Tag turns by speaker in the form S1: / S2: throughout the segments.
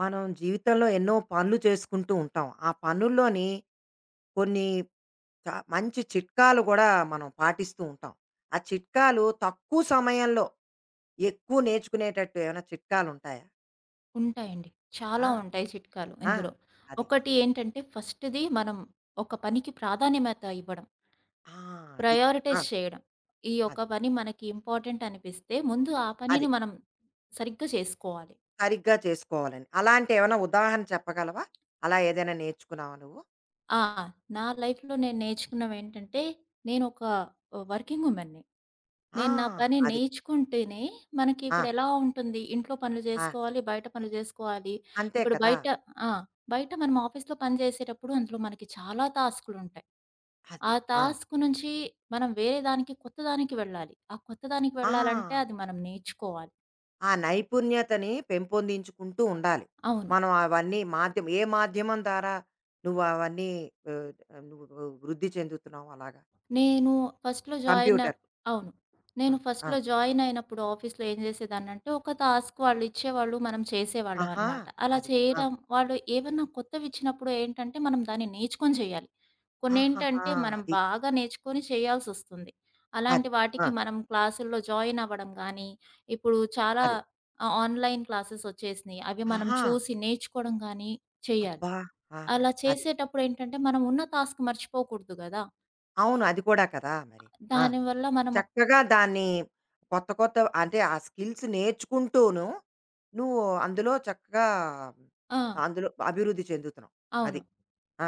S1: మనం జీవితంలో ఎన్నో పనులు చేసుకుంటూ ఉంటాం. ఆ పనుల్లోని కొన్ని చ మంచి చిట్కాలు గూడా మనం పాటిస్తూ ఉంటాం. ఆ చిట్కాలు తక్కువ సమయంలో ఎక్కువ నేర్చుకునేటట్టు ఏమైనా చిట్కాలుంటాయా?
S2: ఉంటాయండి. చాలా
S1: ఆ!
S2: ఉంటాయి చిట్కాలు
S1: ఆ!
S2: ఇందులో.
S1: అది.
S2: ఒకటి ఏంటంటే ఫస్ట్‌ది మనం ఒక పనికి ప్రాధాన్యమత ఇవ్వడం.
S1: ఆ! అది. ఆ!
S2: ప్రయారిటైజ్ చేయడం. ఈ ఒక
S1: అది.
S2: పని మనకి ఇంపార్టెంట్ అనిపిస్తే ముందు ఆ
S1: అది.
S2: పనిని మనం సరిగ్గా చేసుకోవాలి.
S1: సరిగ్గా చేసుకోవాలని. అలాంటి ఏమైనా ఉదాహరణ చెప్పగలవా? అలా ఏదైనా నేర్చుకున్నావా నువ్వు?
S2: ఆ! నా లైఫ్‌లో నేను నేర్చుకున్నవేంటంటే, నేనొక వర్కింగ్ ఉమెన్‌ని.
S1: ఆ!
S2: నేను నా పని
S1: అది.
S2: నేర్చుకుంటేనే మనకి
S1: ఆ!
S2: ఇప్పుడెలా ఉంటుంది, ఇంట్లో పనులు
S1: ఆ!
S2: జేసుకోవాలి, బయట పనులు జేసుకోవాలి.
S1: అంతే
S2: ఇప్పుడు
S1: కదా!
S2: బయట ఆ! బయట మనం ఆఫీస్‌లో పని జేసేటప్పుడు అందులో మనకి చాలా టాస్కులుంటాయి. ఆ
S1: అది. ఆ!
S2: టాస్క్ నుంచి మనం వేరే దానికి కొత్త దానికి వెళ్ళాలి. ఆ కొత్త దానికి
S1: ఆ!
S2: వెళ్ళాలంటే అది మనం నేర్చుకోవాలి.
S1: ఆ నైపుణ్యతని పెంపొందించుకుంటూ ఉండాలి.
S2: అవును.
S1: మనం అవన్నీ మాధ్యం ఏ మాధ్యమం ద్వారా నువ్వు అవన్నీ ఆహ్, నువ్వు వృద్ధి చెందుతున్నావు అలాగా?
S2: నేను ఫస్ట్‌లో జాయిన్
S1: కంప్యూటర్.
S2: అప్ అవును. నేను
S1: కం ఆ!
S2: ఫస్ట్‌లో జాయిన్ అయినప్పుడు ఆఫీస్‌లో ఏం చేసేదాన్నంటే, ఒక టాస్క్ వాళ్ళు ఇచ్చేవాళ్ళు, మనం చేసేవాళ్ళం
S1: ఆహా!
S2: అన్నమాట. అలా
S1: అది. ఆ!
S2: చేయడం వాళ్ళు ఏవన్నా కొత్తవిచ్చినప్పుడు ఏంటంటే, మనం దాన్ని నేర్చుకొని చేయాలి.
S1: ఆహాహా!
S2: కొన్నేంటంటే, మనం
S1: అది.
S2: బాగా నేర్చుకొని చేయాల్సొస్తుంది.
S1: అది.
S2: అలాంటి
S1: ఆ!
S2: వాటికి మనం క్లాసుల్లో జాయిన్ అవ్వడం గానీ, ఇప్పుడు చాలా
S1: అది.
S2: ఆన్‌లైన్ క్లాసెస్ వచ్చేసినియి. అవి మనం
S1: ఆహా!
S2: చూసి నేర్చుకోవడం గానీ చేయాలి.
S1: అబ్బా! ఆహా!
S2: అలా
S1: అది.
S2: చేసేటప్పుడు ఏంటంటే, మనం ఉన్న టాస్క్ మర్చిపోకూడదు గదా!
S1: అవును. అది కూడా కదా! మరి. ఆ!
S2: దానివల్ల మనం
S1: చక్కగా దాన్ని కొత్త, కొత్త అంటే ఆ స్కిల్స్ నేర్చుకుంటూను నువ్వు అందులో చక్కగా
S2: ఆ!
S1: అందులో అభివృద్ధి చెందుతున్నావు.
S2: అవును.
S1: అది.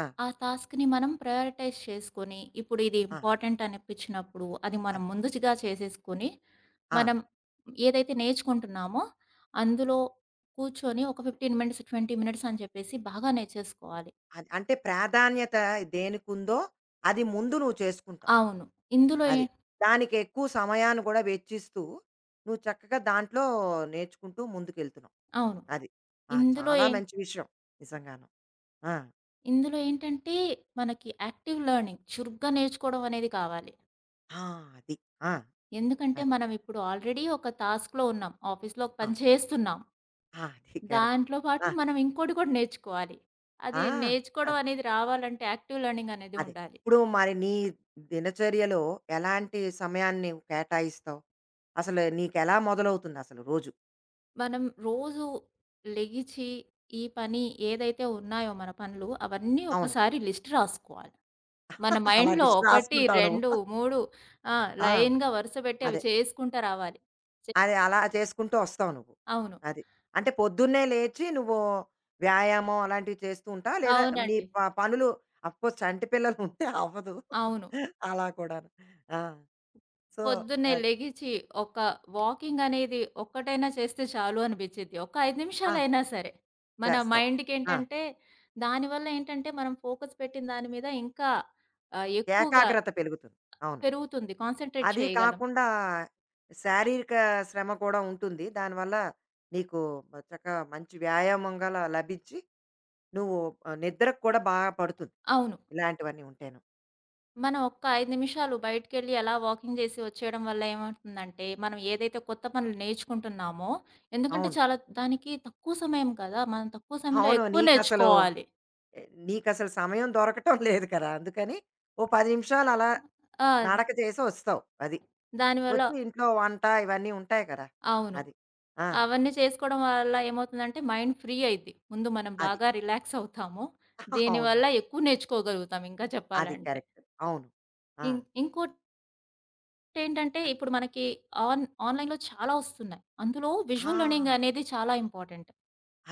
S1: ఆ!
S2: ఆ టాస్క్‌ని మనం ప్రయారిటైజ్ చేసుకొని, ఇప్పుడు ఇది
S1: ఆ!
S2: ఇంపార్టెంట్ అనిపించినప్పుడు, అది మనం
S1: అది.
S2: ముందుగా చేసేసుకొని,
S1: ఆ!
S2: మనం ఏదైతే నేర్చుకుంటున్నామో, అందులో కూర్చొని ఒక 15 మినిట్స్, 20 మినిట్స్ అని చెప్పేసి బాగా నేర్చేసుకోవాలి.
S1: అది. అంటే ప్రాధాన్యత దేనికుందో అది ముందు నువ్వు చేసుకుంటావు.
S2: అవును. ఇందులో ఏ
S1: అది. దానికి ఎక్కువ సమయాన్ని కూడా వెచ్చిస్తూ, నువ్వు చక్కగా దాంట్లో నేర్చుకుంటూ ముందుకెళ్తున్నావు.
S2: అవును.
S1: అది. ఆ!
S2: ఇందులో
S1: చాలా
S2: ఏ
S1: మంచి విషయం. నిజంగాను. ఆ!
S2: ఇందులో ఏంటంటే, మనకి యాక్టివ్ లెర్నింగ్ చురుగ్గా నేర్చుకోవడం అనేది కావాలి.
S1: ఆ! అది. ఆ!
S2: ఎందుకంటే,
S1: అది.
S2: మనం ఇప్పుడు ఆల్రెడీ ఒక టాస్క్‌లో ఉన్నాం. ఆఫీస్‌లో ఒక
S1: ఆ!
S2: పని చేస్తున్నాం.
S1: ఆ! అది కరెక్ట్.
S2: దాంట్లో పాటు
S1: ఆ!
S2: మనం ఇంకోటి కూడా నేర్చుకోవాలి.
S1: ఆ!
S2: అది నేర్చుకోవడం
S1: అది.
S2: అనేది రావాలంటే యాక్టివ్ లెర్నింగ్ అనేది
S1: అదే.
S2: ఉండాలి.
S1: ఇప్పుడు మరి నీ దినచర్యలో ఎలాంటి సమయాన్ని నీవు కేటాయిస్తావు? అసలు నీకెలా మొదలవుతుందసలు రోజు?
S2: మనం రోజు లెగిచి ఈ పని ఏదైతే ఉన్నాయో మన పనులు అవన్నీ
S1: అవును.
S2: ఒకసారి లిస్ట్ రాసుకోవాలి. మన
S1: అలా
S2: మైండ్‌లో
S1: లిస్ట్
S2: 1,
S1: రాసుకుంటావు నువ్వు.
S2: 2, 3 ఆ!
S1: ఆ!
S2: లైన్‌గా వరుసపెట్టి అవి
S1: అదే.
S2: చేసుకుంటా రావాలి. చే
S1: అదే అలా చేసుకుంటూ వస్తావు నువ్వు.
S2: అవును.
S1: అది. అంటే పొద్దున్నే లేచి నువ్వు వ్యాయామం అలాంటివి చేస్తూ ఉంటావా? లేదా నీ
S2: అవునండి.
S1: ప పనులు అఫ్‌కోర్స్ చంటి పిల్లలు ఉంటే అవ్వదు.
S2: అవును.
S1: అలా కూడాను. ఆ! సో,
S2: పొద్దున్నే
S1: అది
S2: లెగిచి ఒక వాకింగ్ అనేది ఒక్కటైనా చేస్తే చాలు అనిపించిద్ది. ఒక 5
S1: ఆ!
S2: నిమిషాలైనా సరే. మన
S1: చేస్తావు. ఆ!
S2: మైండ్‌కేంటంటే దానివల్ల ఏంటంటే మనం ఫోకస్ పెట్టిన దాని మీద ఇంకా ఎక్కువగా
S1: ఏకాగ్రత పెరుగుతుంది. అవును.
S2: పెరుగుతుంది. కాన్సంట్రేట్
S1: అది
S2: చేయగలం.
S1: కాకుండా శారీరక శ్రమ కూడా ఉంటుంది. దానివల్ల నీకు చక్కగా మంచి వ్యాయామం గల లభించి నువ్వు నిద్రకు కూడా బాగా పడుతుంది.
S2: అవును.
S1: ఇలాంటివన్నీ ఉంటేను.
S2: మనం ఒక్క 5 నిమిషాలు బయటికెళ్ళి అలా వాకింగ్ చేసి వచ్చేయడం వల్ల ఏమవుతుందంటే, మనం ఏదైతే కొత్త పనులు నేర్చుకుంటున్నామో ఎందుకంటే
S1: అవును.
S2: చాలా దానికి తక్కువ సమయం కదా! మనం తక్కువ సమయంలో
S1: అవును.
S2: ఎక్కువ
S1: నీకసలు
S2: నేర్చుకోవాలి.
S1: ఆహ్, నీకసలు సమయం దొరకటం లేదు కదా! అందుకని ఓ 10 నిమిషాలు అలా
S2: ఆ!
S1: నడక చేసి వస్తావు. అది.
S2: దానివల్ల
S1: వచ్చి ఇంట్లో వంట ఇవన్నీ ఉంటాయి కదా!
S2: అవును.
S1: అది. ఆ!
S2: అవన్నీ చేసుకోవడం వల్ల ఏమవుతుందంటే మైండ్ ఫ్రీ అయిద్ది. ముందు మనం
S1: అది.
S2: బాగా రిలాక్స్ అవుతాము.
S1: అవునవును.
S2: దీనివల్ల ఎక్కువ నేర్చుకోగలుగుతాం ఇంకా
S1: అది
S2: చెప్పాలంటే.
S1: కరెక్ట్. అవును. ఆ!
S2: ఇం ఇంకోటేంటంటే
S1: అది.
S2: ఇప్పుడు మనకి ఆన్‌లైన్‌లో చాలా వస్తున్నాయి. అందులో
S1: ఆ!
S2: విజువల్ లెర్నింగ్ అనేది చాలా ఇంపార్టెంట్.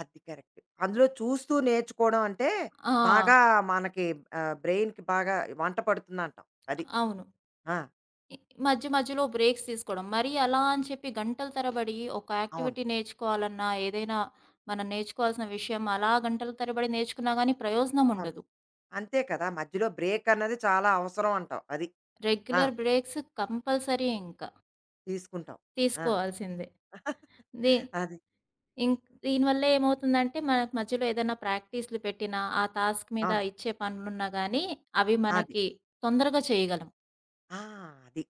S1: అది కరెక్ట్. అందులో చూస్తూ నేర్చుకోవడం అంటే
S2: ఆ!
S1: బాగా మనకి బ్రెయిన్‌కి బాగా వంట పడుతుందంటావు. అది.
S2: అవును.
S1: ఆ!
S2: ఇ మధ్య మధ్యలో బ్రేక్స్ తీసుకోవడం. మరి అలా అని చెప్పి గంటల తరబడి ఒక
S1: అవును.
S2: యాక్టివిటీ నేర్చుకోవాలన్నా, ఏదైనా మనం నేర్చుకోవాల్సిన విషయం అలా గంటల తరబడి నేర్చుకున్నా గానీ ప్రయోజనం
S1: అవును.
S2: ఉండదు.
S1: అంతే కదా! మధ్యలో బ్రేక్ అన్నది చాలా అవసరం అంటావు. అది. ఆ!
S2: రెగ్యులర్ బ్రేక్స్ కంపల్సరీ ఇంక.
S1: తీసుకుంటావు. ఆ!
S2: తీసుకోవాల్సిందే. ది
S1: అది.
S2: దీనివల్ల ఏమవుతుందంటే, మనకు మధ్యలో ఏదైనా ప్రాక్టీస్‌లు పెట్టినా, ఆ టాస్క్ మీద
S1: అవును.
S2: ఇచ్చే పనులున్నా గానీ, అవి
S1: అది.
S2: మనకి తొందరగా చేయగలం.
S1: ఆ! అది.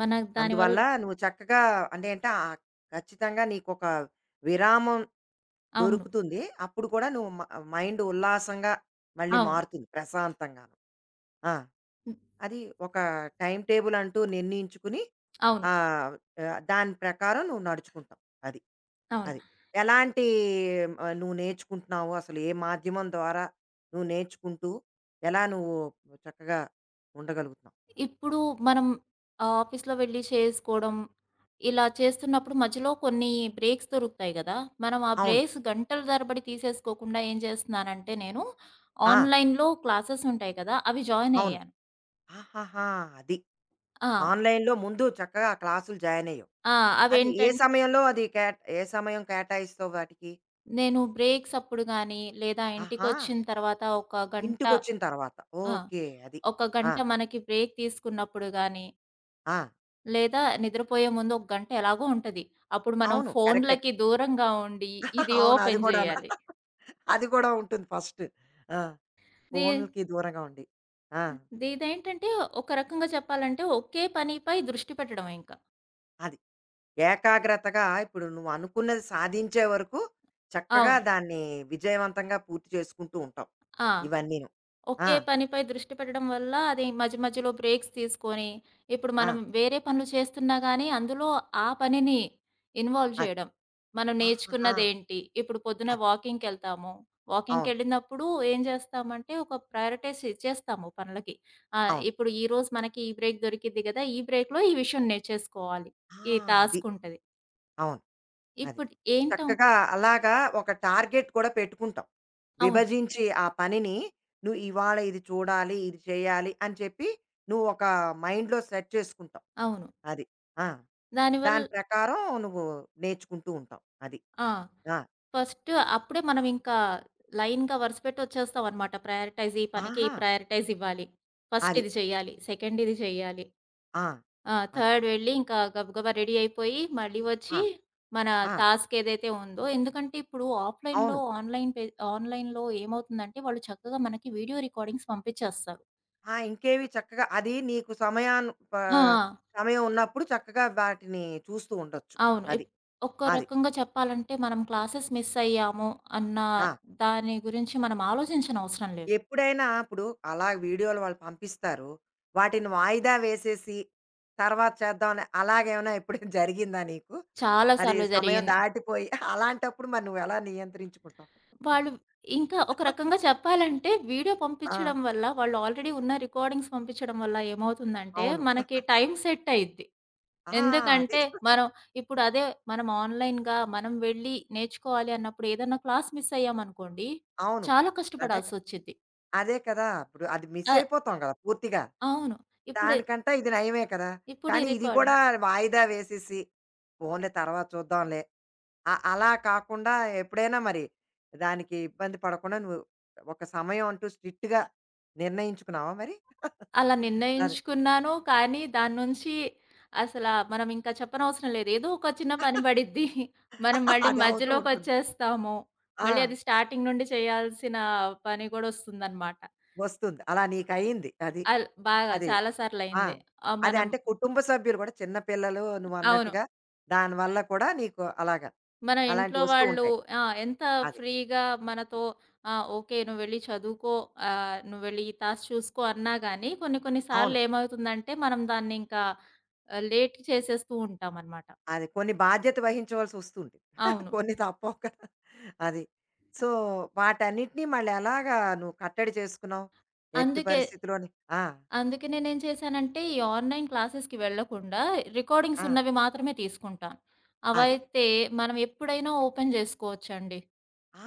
S2: మనకు దానివల్ల
S1: అందువల్ల నువ్వు చక్కగా అంటే అంటే ఖచ్చితంగా నీకొక విరామం
S2: అవును.
S1: దొరుకుతుంది. అప్పుడు కూడా నువ్వు మైండ్ ఉల్లాసంగా మళ్ళీ
S2: అవును.
S1: మారుతుంది ప్రశాంతంగాను. ఆ!
S2: హ్మ్.
S1: అది ఒక టైమ్ టేబుల్ అంటూ నిర్ణయించుకుని
S2: అవును.
S1: ఆహ్, దాని ప్రకారం నువ్వు నడుచుకుంటావు. అది.
S2: అవును.
S1: అది. ఎలాంటి నువ్వు నేర్చుకుంటున్నావు? అసలు ఏ మాధ్యమం ద్వారా నువ్వు నేర్చుకుంటూ ఎలా నువ్వు చక్కగా ఉండగలుగుతున్నావు?
S2: ఇప్పుడు మనం ఆఫీస్‌లో వెళ్లి చేసుకోవడం, ఇలా చేస్తున్నప్పుడు మధ్యలో కొన్ని బ్రేక్స్ దొరుకుతాయి గదా! మనం ఆ
S1: అవును.
S2: బ్రేక్స్ గంటల తరబడి తీసేసుకోకుండా ఏం చేస్తున్నానంటే నేను,
S1: ఆ!
S2: ఆన్‌లైన్‌లో క్లాసెస్ ఉంటాయి కదా! అవి జాయిన్
S1: అవును.
S2: అయ్యాను.
S1: ఆహాహా! అది.
S2: ఆ!
S1: ఆన్‌లైన్‌లో ముందు చక్కగా క్లాసులు జాయిన్ అయ్యావు.
S2: ఆ!
S1: అది
S2: అవేంటం
S1: ఏ సమయం కేటాయిస్తావు వాటికి?
S2: నేను బ్రేక్స్ అప్పుడు గాని, లేదా
S1: ఆహా!
S2: ఇంటికొచ్చిన తర్వాత ఒక గంట
S1: ఇంటికొచ్చిన తర్వాత.
S2: ఆ!
S1: ఓకే. అది.
S2: ఒక
S1: ఆ!
S2: గంట మనకి బ్రేక్ తీసుకున్నప్పుడు గాని,
S1: ఆ!
S2: లేదా నిద్రపోయే ముందు ఒక గంట ఎలాగో ఉంటది. అప్పుడు మనం
S1: అవును. కరెక్టే. కదా.
S2: ఫోన్‌లకి దూరంగా ఉండి, ఇది
S1: అవును. అది
S2: ఓపెన్
S1: కూడాను.
S2: జేయాలి.
S1: అది కూడా ఉంటుంది ఫస్ట్. ఆ!
S2: దీ
S1: ఫోనులకి దూరంగా ఉండి. ఆ!
S2: దీదేంటంటే, ఒక రకంగా చెప్పాలంటే, ఒకే పనిపై దృష్టి పెట్టడమే ఇంక.
S1: అది. ఏకాగ్రతగా ఇప్పుడు నువ్వు అనుకున్నది సాధించే వరకు చక్కగా
S2: అవును.
S1: దాన్ని విజయవంతంగా పూర్తి చేసుకుంటూ ఉంటావు.
S2: ఆ!
S1: ఇవన్నీను. ఆ!
S2: ఒకే పనిపై దృష్టి పెట్టడం వల్ల అది మధ్య మధ్యలో బ్రేక్స్ తీసుకొని, ఇప్పుడు
S1: ఆ!
S2: మనం వేరే పనులు చేస్తున్నా గానీ, అందులో ఆ పనిని ఇన్వాల్వ్
S1: అది.
S2: చేయడం. మనం
S1: ఆహాహా!
S2: నేర్చుకున్నదేంటి? ఇప్పుడు పొద్దున
S1: అది.
S2: వాకింగ్‌కెళ్తాము.
S1: అవును.
S2: వాకింగ్‌కెళ్ళినప్పుడు ఏం చేస్తామంటే, ఒక ప్రయారిటైజ్ ఇచ్చేస్తాము పనులకి.
S1: అవును.
S2: ఇప్పుడు ఈరోజు మనకి ఈ బ్రేక్ దొరికిద్ది గదా! ఈ బ్రేక్‌లో ఈ విషయం నేర్చేసుకోవాలి.
S1: ఆ!
S2: ఈ
S1: అది.
S2: టాస్క్ ఉంటది.
S1: అవును. అది.
S2: ఇప్పుడు ఏంటం
S1: చక్కగా అలాగా ఒక టార్గెట్ కూడా పెట్టుకుంటాం.
S2: అవును.
S1: విభజించి ఆ పనిని నువ్వు ఇవాళ ఇది చూడాలి, ఇది చేయాలి అని చెప్పి నువ్వు ఒక మైండ్‌లో సెట్ చేసుకుంటావు.
S2: అవును.
S1: అది. ఆ!
S2: దానివల్
S1: దాని ప్రకారం నువ్వు నేర్చుకుంటూ ఉంటావు. అది.
S2: ఆ!
S1: ఆ!
S2: ఫస్ట్ అప్పుడే మనం ఇంకా లైన్‌గా వరుస పెట్టి వచ్చేస్తామనమాట. ప్రయారిటైజ్ ఈ పనికి ఈ
S1: ఆహా!
S2: ప్రయారిటైజ్ ఇవ్వాలి. ఫస్ట్
S1: అది.
S2: ఇది చేయాలి. సెకండ్ ఇది చేయాలి.
S1: ఆ! అది.
S2: థర్డ్ వెళ్ళి ఇంకా గబగబా రెడీ అయిపోయి మళ్ళీ వచ్చి
S1: ఆ!
S2: మన
S1: ఆ!
S2: టాస్క్ ఏదైతే ఉందో ఎందుకంటే ఇప్పుడు ఆఫ్‌లైన్‌లో
S1: అవును.
S2: ఆన్‌లైన్ పే ఆన్‌లైన్‌లో ఏమవుతుందంటే వాళ్ళు చక్కగా మనకి వీడియో రికార్డింగ్స్ పంపించేస్తారు.
S1: ఆ! ఇంకేవి చక్కగా అది నీకు సమయాను ప
S2: ఆ!
S1: సమయం ఉన్నప్పుడు చక్కగా వాటిని చూస్తూ ఉండొచ్చు.
S2: అవును.
S1: అది.
S2: ఒక్క
S1: అది.
S2: రకంగా చెప్పాలంటే మనం క్లాసెస్ మిస్ అయ్యాము అన్న
S1: ఆ!
S2: దాని గురించి మనం ఆలోచించనవసరం లేదు.
S1: ఎప్పుడైనా ఇప్పుడు అలా వీడియోలు వాళ్ళు పంపిస్తారు. వాటిని వాయిదా వేసేసి తర్వాత చేద్దామని అలాగేమైనా ఎప్పుడైనా జరిగిందా నీకు?
S2: చాలా
S1: అది
S2: సార్లు
S1: సమయం
S2: జరిగినయి.
S1: దాటిపోయి అలాంటప్పుడు మరి నువ్వెలా నియంత్రించుకుంటావు?
S2: వాళ్ళు ఇంకా ఒక రకంగా చెప్పాలంటే వీడియో
S1: ఆ!
S2: పంపించడం వల్ల, వాళ్ళు ఆల్రెడీ ఉన్న రికార్డింగ్స్ పంపించడం వల్ల ఏమవుతుందంటే,
S1: అవును.
S2: మనకి టైం సెట్ అయిద్ది.
S1: ఆ! అది.
S2: ఎందుకంటే, మనం ఇప్పుడు అదే మనం ఆన్‌లైన్‌గా మనం వెళ్లి నేర్చుకోవాలి అన్నప్పుడు ఏదన్నా క్లాస్ మిస్ అయ్యామనుకోండి,
S1: అవును.
S2: చాలా
S1: అదే
S2: కష్టపడాల్సొచ్చిద్ది.
S1: అదే కదా! ఇప్పుడు అది మిస్
S2: ఆహ్,
S1: అయిపోతాం కదా పూర్తిగా.
S2: అవును. ఇప్పుడు
S1: దానికంటే ఇది నయమే కదా!
S2: ఇప్పుడు ఈ
S1: కానీ ఇది కూడా
S2: రికార్డింగ్
S1: వాయిదా వేసేసి, పోన్లే తర్వాత చూద్దాంలే అలా కాకుండా ఎప్పుడైనా మరి దానికి ఇబ్బంది పడకుండా నువ్వు ఒక సమయం అంటూ స్ట్రిక్ట్‌గా నిర్ణయించుకున్నావా మరి?
S2: అలా
S1: అది.
S2: నిర్ణయించుకున్నాను. కానీ దాని నుంచి అసల మనం ఇంకా చెప్పనవసరం లేదు. ఏదో ఒక చిన్న పని పడిద్ది. మనం మళ్ళీ
S1: అది అవుతూ ఉంటుంది.
S2: మధ్యలోకొచ్చేస్తాము.
S1: ఆ!
S2: మళ్ళీ అది స్టార్టింగ్ నుండి చేయాల్సిన పని కూడా వస్తుందనమాట.
S1: వస్తుంది. అలా నీకయింది. అది.
S2: అల్ బాగా
S1: అది.
S2: చాలా
S1: ఆ!
S2: సార్లయింది.
S1: అది
S2: మనం
S1: అంటే కుటుంబ సభ్యులు కూడా చిన్న పిల్లలు
S2: అవును.
S1: నువ్వన్నట్టుగా దానివల్ల కూడా నీకు అలాగా
S2: మన ఇంట్లో
S1: అలాంటివి వస్తూ
S2: వాళ్ళు
S1: ఉంటాయి.
S2: ఆ! ఎంత
S1: అది.
S2: ఫ్రీగా మనతో ఆ! ఓకే. నువ్వెళ్ళి చదువుకో. నువ్వెళ్ళి ఈ టాస్క్ చూసుకో అన్నా గాని కొన్ని కొన్ని
S1: అవును.
S2: సార్లు ఏమవుతుందంటే మనం దాన్ని ఇంకా లేట్ చేసేస్తూ ఉంటామనమాట.
S1: అది కొన్ని బాధ్యత వహించవలసి వస్తుంది.
S2: అవును.
S1: కొన్ని తప్పవు కదా! అది. సో, వాటన్నిటిని మళ్ళీ ఎలాగా నువ్వు కట్టడి చేసుకున్నావు? ఎట్టి
S2: అందుకే,
S1: పరిస్థితిలోని ఆ!
S2: అందుకే నేనేం చేశానంటే, ఈ ఆన్‌లైన్ క్లాసెస్‌కి వెళ్ళకుండా, రికార్డింగ్స్
S1: ఆ!
S2: ఉన్నవి మాత్రమే తీసుకుంటాను.
S1: అదే.
S2: అవైతే మనం ఎప్పుడైనా ఓపెన్ జేసుకోవచ్చండి.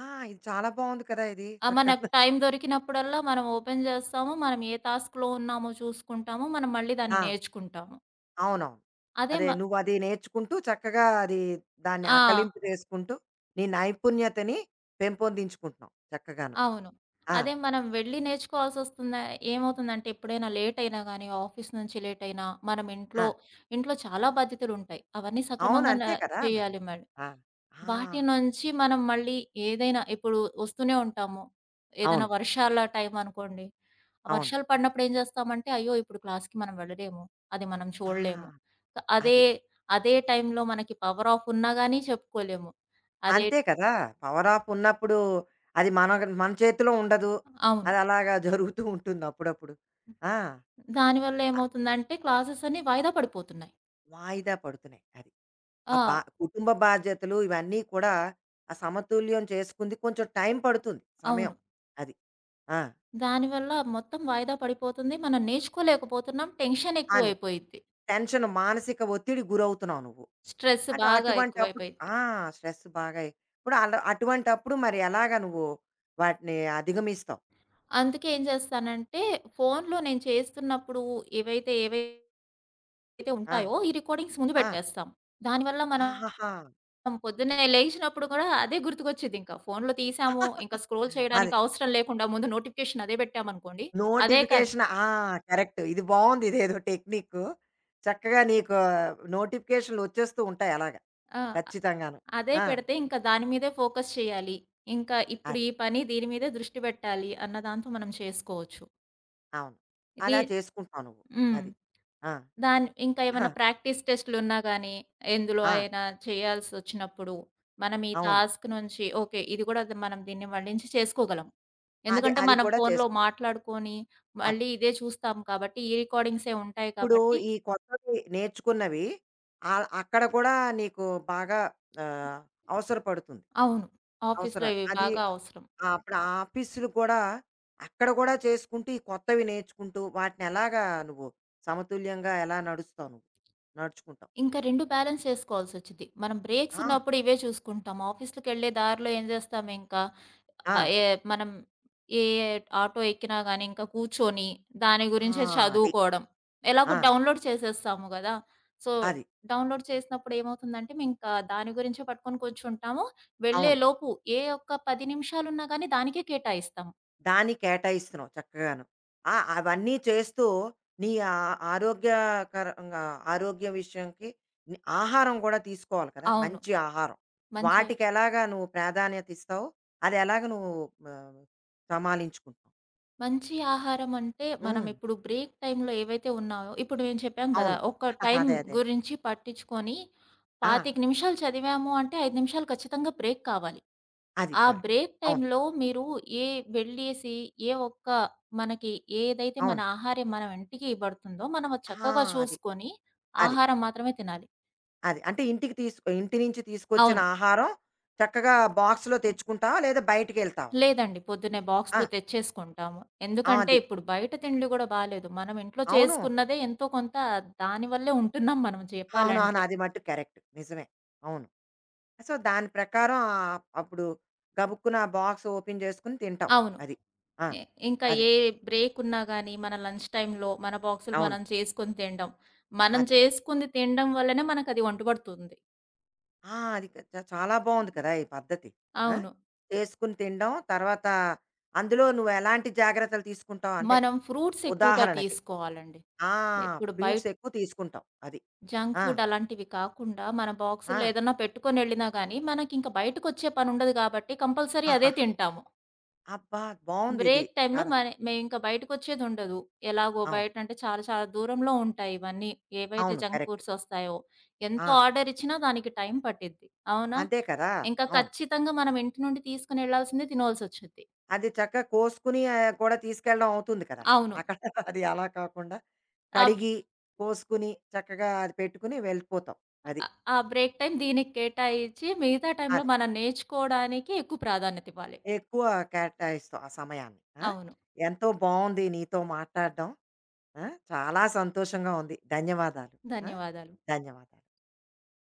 S1: ఆ! ఇది చాలా బావుంది కదా! ఇది
S2: మనకు
S1: చక్కగా.
S2: టైం దొరికినప్పుడల్లా మనం ఓపెన్ జేస్తాము. మనం ఏ టాస్క్‌లో ఉన్నామో చూసుకుంటాము. మనం మళ్ళీ దాన్ని
S1: ఆ!
S2: నేర్చుకుంటాము.
S1: అవునవును.
S2: అదే మ
S1: అదే నువ్వది నేర్చుకుంటూ చక్కగా అది దాన్ని
S2: ఆ!
S1: అకలింపు చేసుకుంటూ నీ నైపుణ్యతని పెంపొందించుకుంటున్నావు చక్కగాను.
S2: అవును.
S1: ఆ!
S2: అదే మనం వెళ్లి నేర్చుకోవాల్సొస్తుందా ఏమవుతుందంటే, ఎప్పుడైనా లేట్ అయినా గాని, ఆఫీస్ నుంచి లేట్ అయినా, మనం ఇంట్లో
S1: ఆ!
S2: ఇంట్లో చాలా బాధ్యతలుంటాయి. అవన్నీ
S1: అవును.
S2: సక్రమంగా
S1: అంతే కదా! మరి.
S2: చేయాలి
S1: ఆ! ఆ!
S2: వాటి నుంచి మనం మళ్ళీ ఏదైనా ఇప్పుడు వస్తూనే ఉంటాము. ఏదైనా
S1: అవును.
S2: వర్షాల టైం అనుకోండి. ఆ
S1: అవును.
S2: వర్షాలు పడినప్పుడు ఏం చేస్తామంటే, అయ్యో! ఇప్పుడు క్లాస్‌కి మనం వెళ్ళలేము. అది మనం
S1: ఆ!
S2: చూడలేము. అదే,
S1: అది.
S2: అదే టైంలో మనకి పవర్ ఆఫ్ ఉన్నా గాని చెప్పుకోలేము. అదే
S1: అంతే కదా! పవర్ ఆఫ్ ఉన్నప్పుడు అది మన మన చేతిలో ఉండదు.
S2: అవును.
S1: అది అలాగా జరుగుతూ ఉంటుంది అప్పుడప్పుడు. ఆ!
S2: దానివల్ల
S1: ఆ,
S2: ఏమవుతుందంటే క్లాసెస్ అన్నీ వాయిదా పడిపోతున్నాయి.
S1: వాయిదా పడుతున్నాయి అది. ఆ బా
S2: ఆ!
S1: కుటుంబ బాధ్యతలు ఇవన్నీ కూడా ఆ సమతుల్యం చేసుకుంది కొంచెం టైం పడుతుంది సమయం.
S2: అవును.
S1: అది. ఆ!
S2: దానివల్ల మొత్తం వాయిదా పడిపోతుంది. మనం నేర్చుకోలేకపోతున్నాం. టెన్షన్
S1: అని
S2: ఎక్కువైపోయిద్ది.
S1: టెన్షన్ మానసిక ఒత్తిడికి గురవుతున్నావు నువ్వు.
S2: స్ట్రెస్
S1: అటు
S2: బాగా
S1: అటువంటప్పుడు
S2: ఎక్కువైపోయిద్ది.
S1: ఆ! స్ట్రెస్ బాగా ఎ- ఇప్పుడు అటువంటప్పుడు మరి ఎలాగా నువ్వు వాటిని అధిగమిస్తావు?
S2: అందుకే ఏం చేస్తానంటే, ఫోన్‌లో నేను చేస్తున్నప్పుడు ఏవైతే
S1: ఆ!
S2: ఉంటాయో ఈ రికార్డింగ్స్ ముందు
S1: ఆ!
S2: పెట్టేస్తాం. దానివల్ల మనం
S1: ఆహాహా!
S2: పొద్దున్నే లేచినప్పుడు కూడా అదే గుర్తుకొచ్చిద్దింకా. ఫోన్‌లో తీసాము, ఇంకా స్క్రోల్ చేయడానికి
S1: అది.
S2: అవసరం లేకుండా ముందు నోటిఫికేషన్ అదే పెట్టామనుకోండి, అదే కన్
S1: నోటిఫికేషన్ ఆ! కరెక్ట్. ఇది బావుంది. ఇదేదో టెక్నిక్కు. చక్కగా నీకు నోటిఫికేషన్‌లొచ్చేస్తూ ఉంటాయి అలాగా.
S2: ఆ!
S1: ఖచ్చితంగాను.
S2: అదే
S1: ఆ!
S2: పెడితే ఇంకా దాని మీదే ఫోకస్ చేయాలి. ఇంకా ఇప్పుడు
S1: అది.
S2: ఈ పని దీని మీదే దృష్టి పెట్టాలి అన్న దాంతో మనం చేసుకోవచ్చు.
S1: అవును.
S2: ఇది
S1: అలా చేసుకుంటావు నువ్వు.
S2: హ్మ్.
S1: అది. ఆ!
S2: ఇంకా ఏమన్నా
S1: ఆ!
S2: ప్రాక్టీస్ టెస్ట్‌లున్నా గానీ, ఎందులో
S1: ఆ!
S2: అయినా చేయాల్సొచ్చినప్పుడు, మనం ఈ
S1: అవును.
S2: టాస్క్ నుంచి ఓకే. ఇది గూడా మనం దీన్ని మళ్ళించి చేసుకోగలం.
S1: అది
S2: ఎందుకంటే,
S1: అది
S2: మనం
S1: కూడా
S2: ఫోన్‌లో
S1: చేసుకుంటాం.
S2: మాట్లాడుకొని,
S1: అదే.
S2: మళ్ళీ ఇదే చూస్తాం కాబట్టి, ఈ రికార్డింగ్సే ఉంటాయి
S1: ఇప్పుడు
S2: కాబట్టి
S1: ఈ కొత్తవి నేర్చుకున్నవి అక్కడ కూడా నీకు బాగా ఆహ్, అవసరపడుతుంది.
S2: అవును. ఆఫీస్‌లో
S1: అవసరం.
S2: ఇవి
S1: అది
S2: బాగా అవసరం.
S1: ఆ! అప్పుడు ఆ ఆఫీసులు కూడా అక్కడ కూడా చేసుకుంటూ, ఈ కొత్తవి నేర్చుకుంటూ వాటిని ఎలాగా నువ్వు సమతుల్యంగా ఎలా నడుస్తావు నువ్వు? నడుచుకుంటావు.
S2: ఇంకా 2 బ్యాలెన్స్ చేసుకోవాల్సొచ్చిద్ది. మనం
S1: ఆ!
S2: బ్రేక్సున్నప్పుడు ఇవే చూసుకుంటాం. ఆఫీస్‌లకెళ్ళే దారిలో ఏం జేస్తాం ఇంకా?
S1: ఆ!
S2: ఆహ్, ఏ మనం ఏ ఆటో ఎక్కినా గాని ఇంకా కూర్చొని దాని
S1: ఆ!
S2: గురించే
S1: అది.
S2: చదువుకోవడం. ఎలాగో
S1: ఆ!
S2: డౌన్‌లోడ్ చేసేస్తాము గదా! సో,
S1: అది.
S2: డౌన్‌లోడ్ చేసినప్పుడు ఏమవుతుందంటే మేమింకా దాని గురించే పట్టుకొని కూర్చుంటాము.
S1: అవును.
S2: వెళ్ళేలోపు ఏ ఒక్క 10 నిమిషాలున్నా గాని దానికే కేటాయిస్తాం.
S1: దాన్ని కేటాయిస్తున్నావు చక్కగాను. ఆ! అవన్నీ చేస్తూ నీ ఆ ఆరోగ్యకరంగా ఆరోగ్య విషయంకి నీ ఆహారం కూడా తీసుకోవాలి కదా!
S2: అవును.
S1: మంచి ఆహారం.
S2: మంచి
S1: వాటికెలాగా నువ్వు ప్రాధాన్యత ఇస్తావు? అది ఎలాగ నువ్వు ఆహ్, సమాలించుకుంటావు?
S2: మంచి ఆహారం అంటే మనం
S1: హ్మ్.
S2: ఇప్పుడు బ్రేక్ టైమ్‌లో ఏవైతే ఉన్నాయో ఇప్పుడు మేము చెప్పాం గదా!
S1: అవును.
S2: ఒక టైం
S1: అదే. అదే.
S2: గురించి పట్టించుకొని
S1: ఆ!
S2: 25 నిమిషాలు చదివాము అంటే 5 నిమిషాలు ఖచ్చితంగా బ్రేక్ కావాలి.
S1: అది
S2: ఆ
S1: కరెక్ట్.
S2: బ్రేక్
S1: అవును.
S2: టైమ్‌లో మీరు ఏ వెళ్ళేసి ఏ ఒక్క మనకి ఏదైతే మన
S1: అవును.
S2: ఆహారం మన ఇంటికి పడుతుందో మనం అది
S1: ఆ!
S2: చక్కగా
S1: అది.
S2: చూసుకొని
S1: అది.
S2: ఆహారం మాత్రమే తినాలి.
S1: అది. అంటే ఇంటి నుంచి తీసుకొచ్చిన
S2: అవును.
S1: ఆహారం చక్కగా బాక్స్‌లో తెచ్చుకుంటావా? లేదా బయటికెళ్తావా?
S2: లేదండి. పొద్దున్నే
S1: ఆ!
S2: బాక్స్‌లో తెచ్చేసుకుంటాము.
S1: ఆ,
S2: ఎందుకంటే
S1: అది.
S2: ఇప్పుడు బయట తిండి గూడా బాలేదు. మనం ఇంట్లో
S1: అవును.
S2: చేసుకున్నదే ఎంతో కొంత దాని వల్లే ఉంటున్నాం మనం
S1: అవునవును.
S2: చెప్పాలంటే.
S1: అది మట్టుకు కరెక్ట్. నిజమే. అవును. సో, దాని ప్రకారం అప్పుడు గబుక్కున ఆ బాక్స్ ఓపెన్ చేసుకొని తింటావు.
S2: అవును.
S1: అది. ఆ!
S2: ఎ ఇంకా
S1: అది.
S2: ఏ బ్రేక్ ఉన్నా గానీ మన లంచ్ టైమ్‌లో మన బాక్సులు
S1: అవును.
S2: మనం చేసుకొని తినడం. మనం
S1: అది.
S2: చేసుకుంది తినడం వల్లనే మనకది ఒంటబడుతుంది.
S1: ఆ! అది క చ చాలా బావుంది కదా! ఈ పద్ధతి. ఆ!
S2: అవును.
S1: చేసుకుని తినడం. తర్వాత అందులో నువ్వెలాంటి జాగ్రత్తలు తీసుకుంటావు? అంటే
S2: మనం ఫ్రూట్స్ ఎక్కువగా
S1: ఉదాహరణకి
S2: తీసుకోవాలండి.
S1: ఆ!
S2: ఇప్పుడు బయట
S1: ఫ్రూట్స్ ఎక్కువ తీసుకుంటావు. అది.
S2: జంక్
S1: ఆ!
S2: ఫుడ్ అలాంటివి కాకుండా, మన బాక్సుల్లో
S1: ఆ!
S2: ఏదన్నా పెట్టుకొని ఎళ్ళినా గానీ, మనకింక బయటకొచ్చే పనుండదు గాబట్టి, కంపల్సరీ అదే
S1: ఆహాహా!
S2: తింటాము.
S1: అబ్బా! బావుందిది.
S2: బ్రేక్ టైమ్‌లో
S1: కదా!
S2: మరి మేమింక బయటకొచ్చేదుండదు. ఎలాగో
S1: అవును.
S2: బయటంటే చాలా చాలా దూరంలో ఉంటాయి ఇవన్నీ. ఏవైతే
S1: అవును.
S2: Junk
S1: correct.
S2: ఫుడ్స్ ఒస్తాయో. ఎంత
S1: ఆ!
S2: ఆర్డరిచ్చినా దానికి టైం పట్టిద్ది. అవునా?
S1: అంతే కదా!
S2: ఇంక
S1: అవును.
S2: ఖచ్చితంగా మనం ఇంటి నుండి తీసుకొనెళ్ళాల్సిందే తినోల్సొచ్చుద్ది.
S1: అది చక్కగా కోసుకొని కూడా తీసుకెళ్ళడం అవుతుంది కదా!
S2: అవును.
S1: అక్కడ అది అలా కాకుండా
S2: ఆ
S1: కడిగి, కోసుకొని చక్కగా అది పెట్టుకొని వెళ్ళిపోతాం. అది.
S2: ఆ! ఆ బ్రేక్ టైమ్ దీనికి కేటాయించి, మిగతా టైమ్‌లో
S1: అది.
S2: మనం నేర్చుకోవడానికి ఎక్కువ ప్రాధాన్యత ఇవ్వాలి.
S1: ఎక్కువ కేటాయిస్తావు ఆ సమయాన్ని. ఆ!
S2: అవును.
S1: ఎంతో బావుంది నీతో మాట్లాడడం. ఆ! చాలా సంతోషంగా ఉంది. ధన్యవాదాలు. ఆ!
S2: ధన్యవాదాలు.
S1: ధన్యవాదాలు.